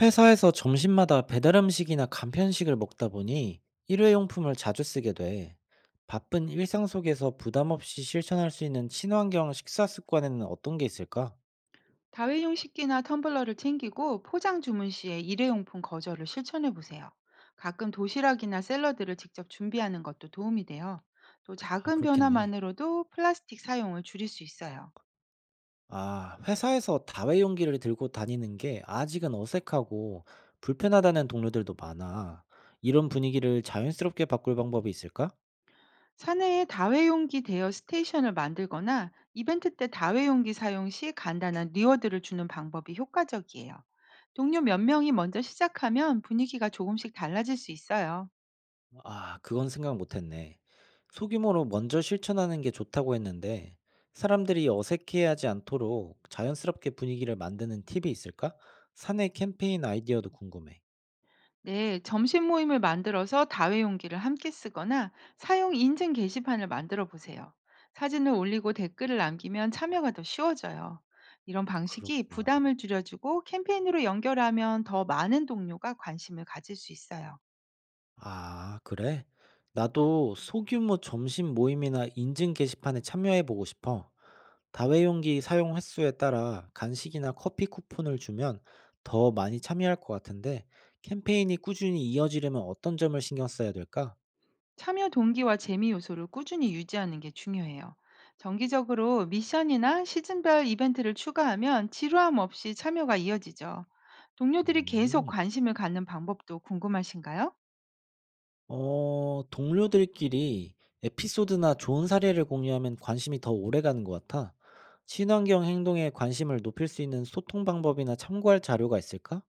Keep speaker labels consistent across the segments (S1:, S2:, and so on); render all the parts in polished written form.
S1: 회사에서 점심마다 배달 음식이나 간편식을 먹다 보니 일회용품을 자주 쓰게 돼. 바쁜 일상 속에서 부담 없이 실천할 수 있는 친환경 식사 습관에는 어떤 게 있을까?
S2: 다회용 식기나 텀블러를 챙기고 포장 주문 시에 일회용품 거절을 실천해 보세요. 가끔 도시락이나 샐러드를 직접 준비하는 것도 도움이 돼요. 또
S1: 아,
S2: 작은
S1: 그렇겠네.
S2: 변화만으로도 플라스틱 사용을 줄일 수 있어요.
S1: 아, 회사에서 다회용기를 들고 다니는 게 아직은 어색하고 불편하다는 동료들도 많아. 이런 분위기를 자연스럽게 바꿀 방법이 있을까?
S2: 사내에 다회용기 대여 스테이션을 만들거나 이벤트 때 다회용기 사용 시 간단한 리워드를 주는 방법이 효과적이에요. 동료 몇 명이 먼저 시작하면 분위기가 조금씩 달라질 수 있어요.
S1: 아, 그건 생각 못 했네. 소규모로 먼저 실천하는 게 좋다고 했는데, 사람들이 어색해하지 않도록 자연스럽게 분위기를 만드는 팁이 있을까? 사내 캠페인 아이디어도 궁금해.
S2: 네, 점심 모임을 만들어서 다회용기를 함께 쓰거나 사용 인증 게시판을 만들어 보세요. 사진을 올리고 댓글을 남기면 참여가 더 쉬워져요. 이런 방식이
S1: 그렇구나.
S2: 부담을 줄여주고 캠페인으로 연결하면 더 많은 동료가 관심을 가질 수 있어요.
S1: 아, 그래? 나도 소규모 점심 모임이나 인증 게시판에 참여해보고 싶어. 다회용기 사용 횟수에 따라 간식이나 커피 쿠폰을 주면 더 많이 참여할 것 같은데, 캠페인이 꾸준히 이어지려면 어떤 점을 신경 써야 될까?
S2: 참여 동기와 재미 요소를 꾸준히 유지하는 게 중요해요. 정기적으로 미션이나 시즌별 이벤트를 추가하면 지루함 없이 참여가 이어지죠. 동료들이 계속
S1: 음.
S2: 관심을 갖는 방법도 궁금하신가요?
S1: 어, 동료들끼리 에피소드나 좋은 사례를 공유하면 관심이 더 오래 가는 것 같아. 친환경 행동에 관심을 높일 수 있는 소통 방법이나 참고할 자료가 있을까?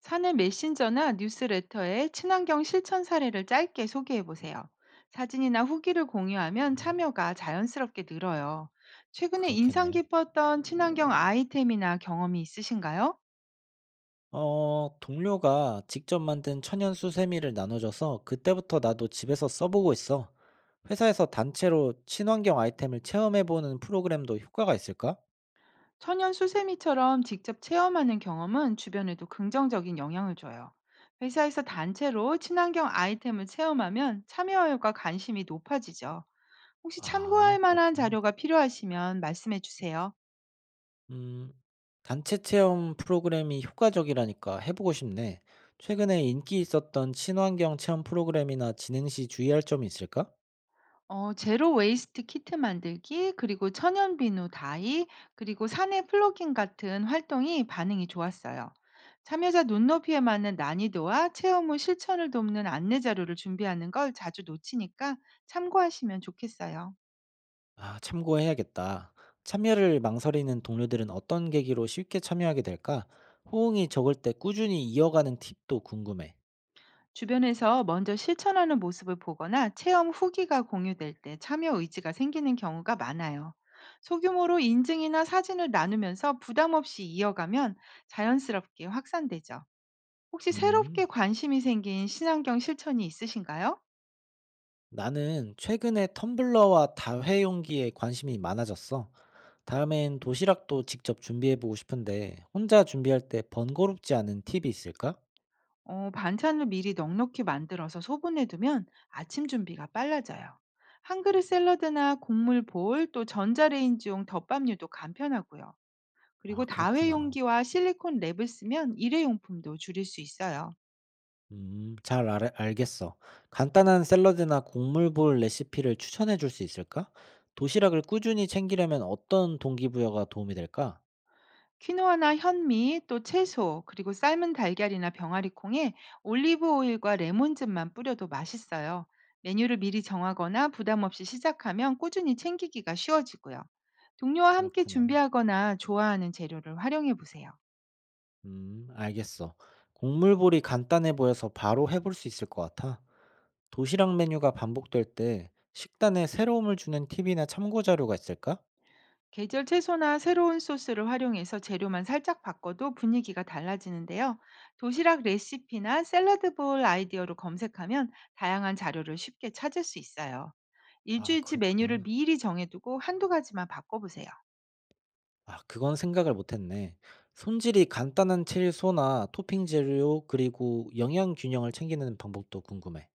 S2: 사내 메신저나 뉴스레터에 친환경 실천 사례를 짧게 소개해 보세요. 사진이나 후기를 공유하면 참여가 자연스럽게 늘어요. 최근에 인상
S1: 그렇겠네.
S2: 깊었던 친환경 아이템이나 경험이 있으신가요?
S1: 어, 동료가 직접 만든 천연 수세미를 나눠줘서 그때부터 나도 집에서 써보고 있어. 회사에서 단체로 친환경 아이템을 체험해보는 프로그램도 효과가 있을까?
S2: 천연 수세미처럼 직접 체험하는 경험은 주변에도 긍정적인 영향을 줘요. 회사에서 단체로 친환경 아이템을 체험하면 참여율과 관심이 높아지죠. 혹시 참고할
S1: 아,
S2: 만한
S1: 그렇군.
S2: 자료가 필요하시면 말씀해 주세요.
S1: 음, 단체 체험 프로그램이 효과적이라니까 해보고 싶네. 최근에 인기 있었던 친환경 체험 프로그램이나 진행 시 주의할 점이 있을까?
S2: 제로 웨이스트 키트 만들기, 그리고 천연 비누 다이, 그리고 사내 플로깅 같은 활동이 반응이 좋았어요. 참여자 눈높이에 맞는 난이도와 체험 후 실천을 돕는 안내 자료를 준비하는 걸 자주 놓치니까 참고하시면 좋겠어요.
S1: 아, 참고해야겠다. 참여를 망설이는 동료들은 어떤 계기로 쉽게 참여하게 될까? 호응이 적을 때 꾸준히 이어가는 팁도 궁금해.
S2: 주변에서 먼저 실천하는 모습을 보거나 체험 후기가 공유될 때 참여 의지가 생기는 경우가 많아요. 소규모로 인증이나 사진을 나누면서 부담 없이 이어가면 자연스럽게 확산되죠. 혹시 새롭게
S1: 음,
S2: 관심이 생긴 친환경 실천이 있으신가요?
S1: 나는 최근에 텀블러와 다회용기에 관심이 많아졌어. 다음엔 도시락도 직접 준비해보고 싶은데, 혼자 준비할 때 번거롭지 않은 팁이 있을까?
S2: 어, 반찬을 미리 넉넉히 만들어서 소분해 두면 아침 준비가 빨라져요. 한 그릇 샐러드나 곡물 볼, 또 전자레인지용 덮밥류도 간편하고요. 그리고
S1: 아, 그렇구나.
S2: 다회용기와 실리콘 랩을 쓰면 일회용품도 줄일 수 있어요.
S1: 음, 잘 알 알겠어. 간단한 샐러드나 국물볼 레시피를 추천해 줄 수 있을까? 도시락을 꾸준히 챙기려면 어떤 동기부여가 도움이 될까?
S2: 퀴노아나 현미, 또 채소, 그리고 삶은 달걀이나 병아리콩에 올리브 오일과 레몬즙만 뿌려도 맛있어요. 메뉴를 미리 정하거나 부담 없이 시작하면 꾸준히 챙기기가 쉬워지고요. 동료와 함께
S1: 그렇구나.
S2: 준비하거나 좋아하는 재료를 활용해 보세요.
S1: 음, 알겠어. 국물볼이 간단해 보여서 바로 해볼 수 있을 것 같아. 도시락 메뉴가 반복될 때 식단에 새로움을 주는 팁이나 참고 자료가 있을까?
S2: 계절 채소나 새로운 소스를 활용해서 재료만 살짝 바꿔도 분위기가 달라지는데요. 도시락 레시피나 샐러드 볼 아이디어로 검색하면 다양한 자료를 쉽게 찾을 수 있어요.
S1: 아,
S2: 일주일치 메뉴를
S1: 그렇구나.
S2: 미리 정해두고 한두 가지만 바꿔보세요.
S1: 아, 그건 생각을 못 했네. 손질이 간단한 채소나 토핑 재료 그리고 영양 균형을 챙기는 방법도 궁금해.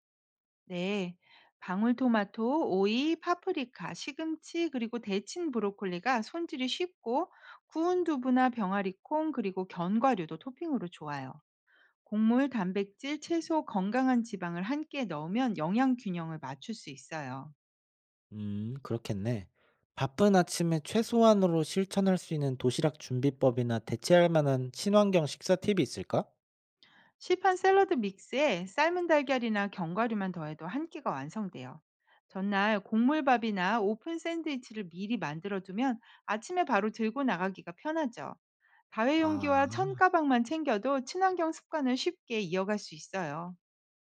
S2: 네. 방울토마토, 오이, 파프리카, 시금치, 그리고 데친 브로콜리가 손질이 쉽고 구운 두부나 병아리콩, 그리고 견과류도 토핑으로 좋아요. 곡물, 단백질, 채소, 건강한 지방을 함께 넣으면 영양 균형을 맞출 수 있어요.
S1: 그렇겠네. 바쁜 아침에 최소한으로 실천할 수 있는 도시락 준비법이나 대체할 만한 친환경 식사 팁이 있을까?
S2: 시판 샐러드 믹스에 삶은 달걀이나 견과류만 더해도 한 끼가 완성돼요. 전날 곡물밥이나 오픈 샌드위치를 미리 만들어두면 아침에 바로 들고 나가기가 편하죠.
S1: 아,
S2: 다회용기와 천가방만 챙겨도 친환경 습관을 쉽게 이어갈 수 있어요.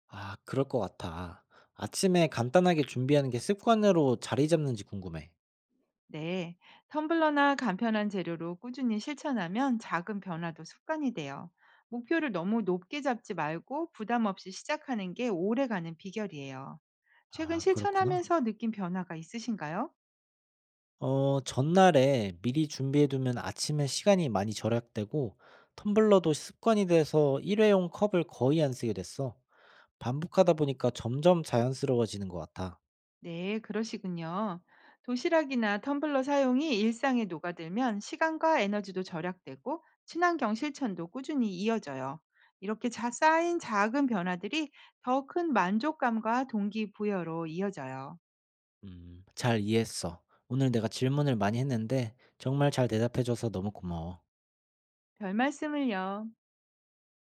S1: 아, 그럴 것 같아. 아침에 간단하게 준비하는 게 습관으로 자리 잡는지 궁금해.
S2: 네, 텀블러나 간편한 재료로 꾸준히 실천하면 작은 변화도 습관이 돼요. 목표를 너무 높게 잡지 말고 부담 없이 시작하는 게 오래가는 비결이에요. 최근
S1: 아, 그렇구나.
S2: 실천하면서 느낀 변화가 있으신가요?
S1: 어, 전날에 미리 준비해 두면 아침에 시간이 많이 절약되고 텀블러도 습관이 돼서 일회용 컵을 거의 안 쓰게 됐어. 반복하다 보니까 점점 자연스러워지는 것 같아.
S2: 네, 그러시군요. 도시락이나 텀블러 사용이 일상에 녹아들면 시간과 에너지도 절약되고 친환경 실천도 꾸준히 이어져요. 이렇게 쌓인 작은 변화들이 더 큰 만족감과 동기부여로 이어져요.
S1: 잘 이해했어. 오늘 내가 질문을 많이 했는데 정말 잘 대답해줘서 너무 고마워.
S2: 별말씀을요.